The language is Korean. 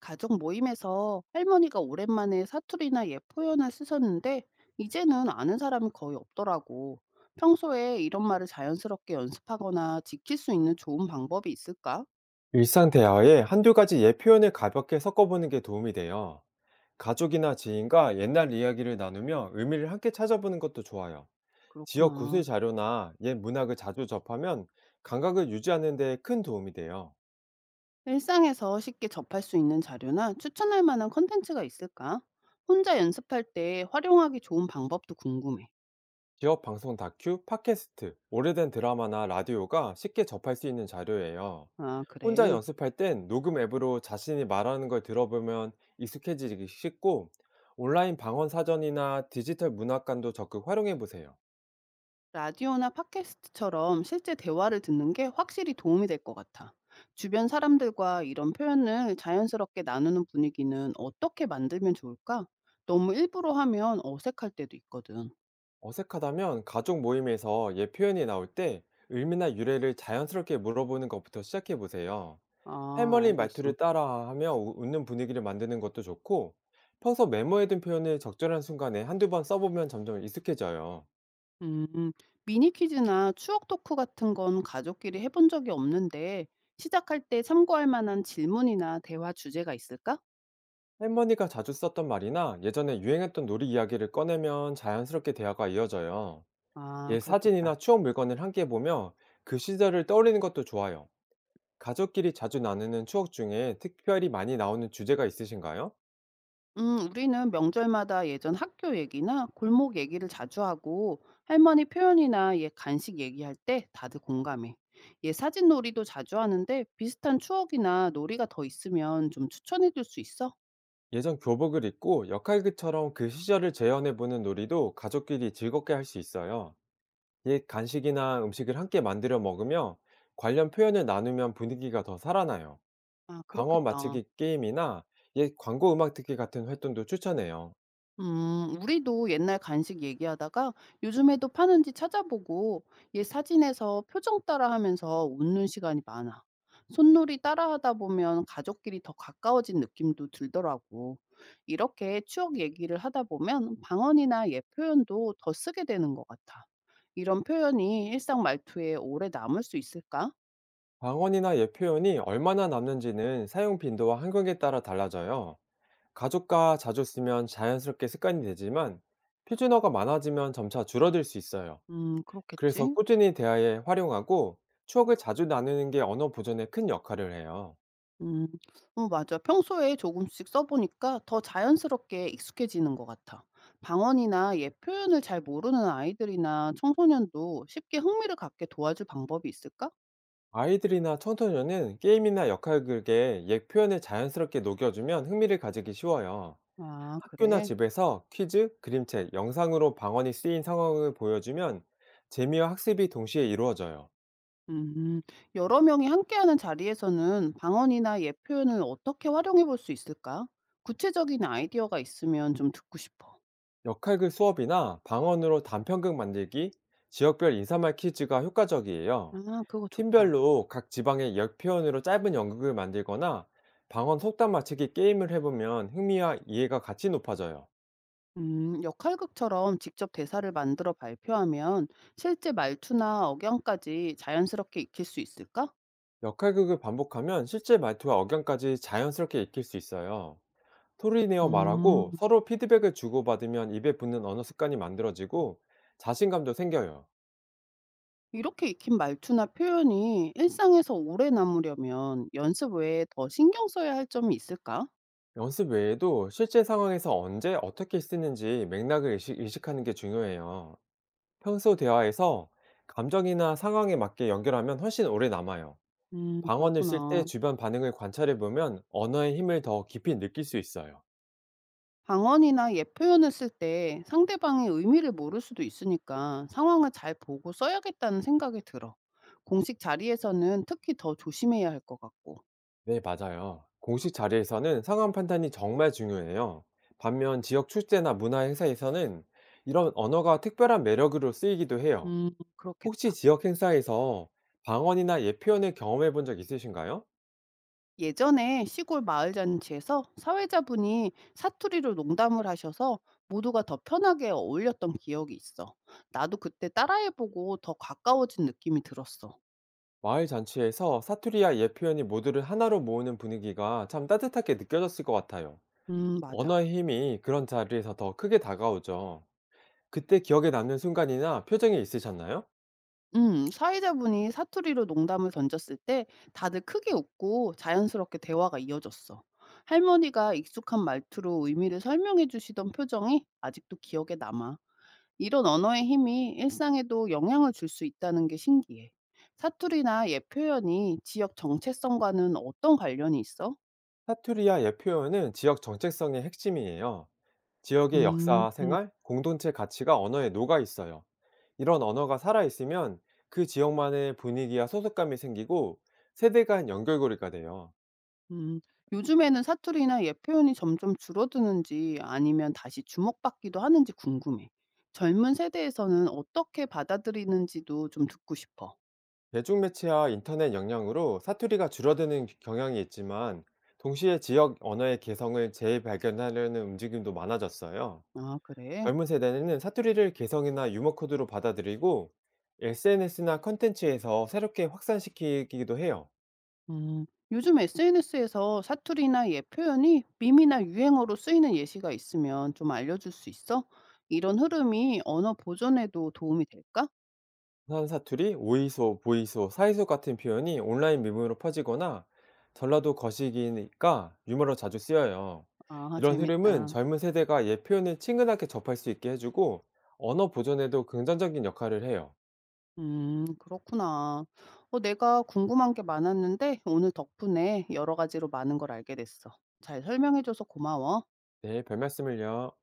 가족 모임에서 할머니가 오랜만에 사투리나 옛 표현을 쓰셨는데 이제는 아는 사람이 거의 없더라고. 평소에 이런 말을 자연스럽게 연습하거나 지킬 수 있는 좋은 방법이 있을까? 일상 대화에 한두 가지 옛 표현을 가볍게 섞어보는 게 도움이 돼요. 가족이나 지인과 옛날 이야기를 나누며 의미를 함께 찾아보는 것도 좋아요. 지역 그렇구나. 구술 자료나 옛 문학을 자주 접하면 감각을 유지하는 데 큰 도움이 돼요. 일상에서 쉽게 접할 수 있는 자료나 추천할 만한 컨텐츠가 있을까? 혼자 연습할 때 활용하기 좋은 방법도 궁금해. 지역 방송 다큐, 팟캐스트, 오래된 드라마나 라디오가 쉽게 접할 수 있는 자료예요. 아, 혼자 그래. 연습할 땐 녹음 앱으로 자신이 말하는 걸 들어보면 익숙해지기 쉽고, 온라인 방언 사전이나 디지털 문학관도 적극 활용해 보세요. 라디오나 팟캐스트처럼 실제 대화를 듣는 게 확실히 도움이 될 것 같아. 주변 사람들과 이런 표현을 자연스럽게 나누는 분위기는 어떻게 만들면 좋을까? 너무 일부러 하면 어색할 때도 있거든. 어색하다면 가족 모임에서 옛 표현이 나올 때 의미나 유래를 자연스럽게 물어보는 것부터 시작해 보세요. 아, 할머니 알겠어. 말투를 따라하며 웃는 분위기를 만드는 것도 좋고, 평소 메모해둔 표현을 적절한 순간에 한두 번 써보면 점점 익숙해져요. 음, 미니 퀴즈나 추억 토크 같은 건 가족끼리 해본 적이 없는데 시작할 때 참고할 만한 질문이나 대화 주제가 있을까? 할머니가 자주 썼던 말이나 예전에 유행했던 놀이 이야기를 꺼내면 자연스럽게 대화가 이어져요. 아, 옛 그렇겠다. 사진이나 추억 물건을 함께 보며 그 시절을 떠올리는 것도 좋아요. 가족끼리 자주 나누는 추억 중에 특별히 많이 나오는 주제가 있으신가요? 우리는 명절마다 예전 학교 얘기나 골목 얘기를 자주 하고 할머니 표현이나 옛 간식 얘기할 때 다들 공감해. 옛 사진 놀이도 자주 하는데 비슷한 추억이나 놀이가 더 있으면 좀 추천해 줄 수 있어? 예전 교복을 입고 역할극처럼 그 시절을 재현해보는 놀이도 가족끼리 즐겁게 할 수 있어요. 옛 간식이나 음식을 함께 만들어 먹으며 관련 표현을 나누면 분위기가 더 살아나요. 아, 방언 그렇겠다. 맞추기 게임이나 옛 광고 음악 듣기 같은 활동도 추천해요. 우리도 옛날 간식 얘기하다가 요즘에도 파는지 찾아보고 얘 사진에서 표정 따라하면서 웃는 시간이 많아. 손놀이 따라하다 보면 가족끼리 더 가까워진 느낌도 들더라고. 이렇게 추억 얘기를 하다 보면 방언이나 옛 표현도 더 쓰게 되는 것 같아. 이런 표현이 일상 말투에 오래 남을 수 있을까? 방언이나 옛 표현이 얼마나 남는지는 사용 빈도와 환경에 따라 달라져요. 가족과 자주 쓰면 자연스럽게 습관이 되지만, 표준어가 많아지면 점차 줄어들 수 있어요. 그래서 그렇겠지. 꾸준히 대화에 활용하고 추억을 자주 나누는 게 언어 보존에 큰 역할을 해요. 음. 어 맞아. 평소에 조금씩 써 보니까 더 자연스럽게 익숙해지는 것 같아. 방언이나 예 표현을 잘 모르는 아이들이나 청소년도 쉽게 흥미를 갖게 도와줄 방법이 있을까? 아이들이나 청소년은 게임이나 역할극에 옛 표현을 자연스럽게 녹여주면 흥미를 가지기 쉬워요. 아 학교나 그래? 집에서 퀴즈, 그림책, 영상으로 방언이 쓰인 상황을 보여주면 재미와 학습이 동시에 이루어져요. 음. 여러 명이 함께하는 자리에서는 방언이나 예 표현을 어떻게 활용해 볼 수 있을까? 구체적인 아이디어가 있으면 좀 듣고 싶어. 역할극 수업이나 방언으로 단편극 만들기, 지역별 인사말 퀴즈가 효과적이에요. 아 그거 좋다. 팀별로 각 지방의 역 표현으로 짧은 연극을 만들거나 방언 속담 맞추기 게임을 해보면 흥미와 이해가 같이 높아져요. 역할극처럼 직접 대사를 만들어 발표하면 실제 말투나 억양까지 자연스럽게 익힐 수 있을까? 역할극을 반복하면 실제 말투와 억양까지 자연스럽게 익힐 수 있어요. 소리 내어 음, 말하고 서로 피드백을 주고받으면 입에 붙는 언어 습관이 만들어지고 자신감도 생겨요. 이렇게 익힌 말투나 표현이 일상에서 오래 남으려면 연습 외에 더 신경 써야 할 점이 있을까? 연습 외에도 실제 상황에서 언제 어떻게 쓰는지 맥락을 의식하는 게 중요해요. 평소 대화에서 감정이나 상황에 맞게 연결하면 훨씬 오래 남아요. 방언을 쓸 때 그렇구나. 주변 반응을 관찰해 보면 언어의 힘을 더 깊이 느낄 수 있어요. 방언이나 옛 표현을 쓸 때 상대방의 의미를 모를 수도 있으니까 상황을 잘 보고 써야겠다는 생각이 들어. 공식 자리에서는 특히 더 조심해야 할 것 같고. 네, 맞아요. 공식 자리에서는 상황 판단이 정말 중요해요. 반면 지역 축제나 문화 행사에서는 이런 언어가 특별한 매력으로 쓰이기도 해요. 음, 혹시 그렇겠다. 지역 행사에서 방언이나 예표현을 경험해 본 적 있으신가요? 예전에 시골 마을 잔치에서 사회자분이 사투리로 농담을 하셔서 모두가 더 편하게 어울렸던 기억이 있어. 나도 그때 따라해보고 더 가까워진 느낌이 들었어. 마을 잔치에서 사투리와 예표현이 모두를 하나로 모으는 분위기가 참 따뜻하게 느껴졌을 것 같아요. 맞아. 언어의 힘이 그런 자리에서 더 크게 다가오죠. 그때 기억에 남는 순간이나 표정이 있으셨나요? 사회자분이 사투리로 농담을 던졌을 때 다들 크게 웃고 자연스럽게 대화가 이어졌어. 할머니가 익숙한 말투로 의미를 설명해 주시던 표정이 아직도 기억에 남아. 이런 언어의 힘이 일상에도 영향을 줄 수 있다는 게 신기해. 사투리나 옛 표현이 지역 정체성과는 어떤 관련이 있어? 사투리와 표현은 지역 정체성의 핵심이에요. 지역의 음, 역사와 음, 생활, 공동체 가치가 언어에 녹아 있어요. 이런 언어가 살아있으면 그 지역만의 분위기와 소속감이 생기고 세대 간 연결고리가 돼요. 음. 요즘에는 사투리나 옛 표현이 점점 줄어드는지 아니면 다시 주목받기도 하는지 궁금해. 젊은 세대에서는 어떻게 받아들이는지도 좀 듣고 싶어. 대중매체와 인터넷 영향으로 사투리가 줄어드는 경향이 있지만, 동시에 지역 언어의 개성을 재발견하려는 움직임도 많아졌어요. 아, 그래. 젊은 세대는 사투리를 개성이나 유머 코드로 받아들이고 SNS나 컨텐츠에서 새롭게 확산시키기도 해요. 음, 요즘 SNS에서 사투리나 예 표현이 밈이나 유행어로 쓰이는 예시가 있으면 좀 알려줄 수 있어? 이런 흐름이 언어 보존에도 도움이 될까? 부산 사투리, 오이소, 보이소, 사이소 같은 표현이 온라인 밈으로 퍼지거나 전라도 거시기니까 유머로 자주 쓰여요. 아, 이런 흐름은 재밌다. 젊은 세대가 옛 표현을 친근하게 접할 수 있게 해주고 언어 보존에도 긍정적인 역할을 해요. 그렇구나. 내가 궁금한 게 많았는데 오늘 덕분에 여러 가지로 많은 걸 알게 됐어. 잘 설명해줘서 고마워. 네, 별 말씀을요.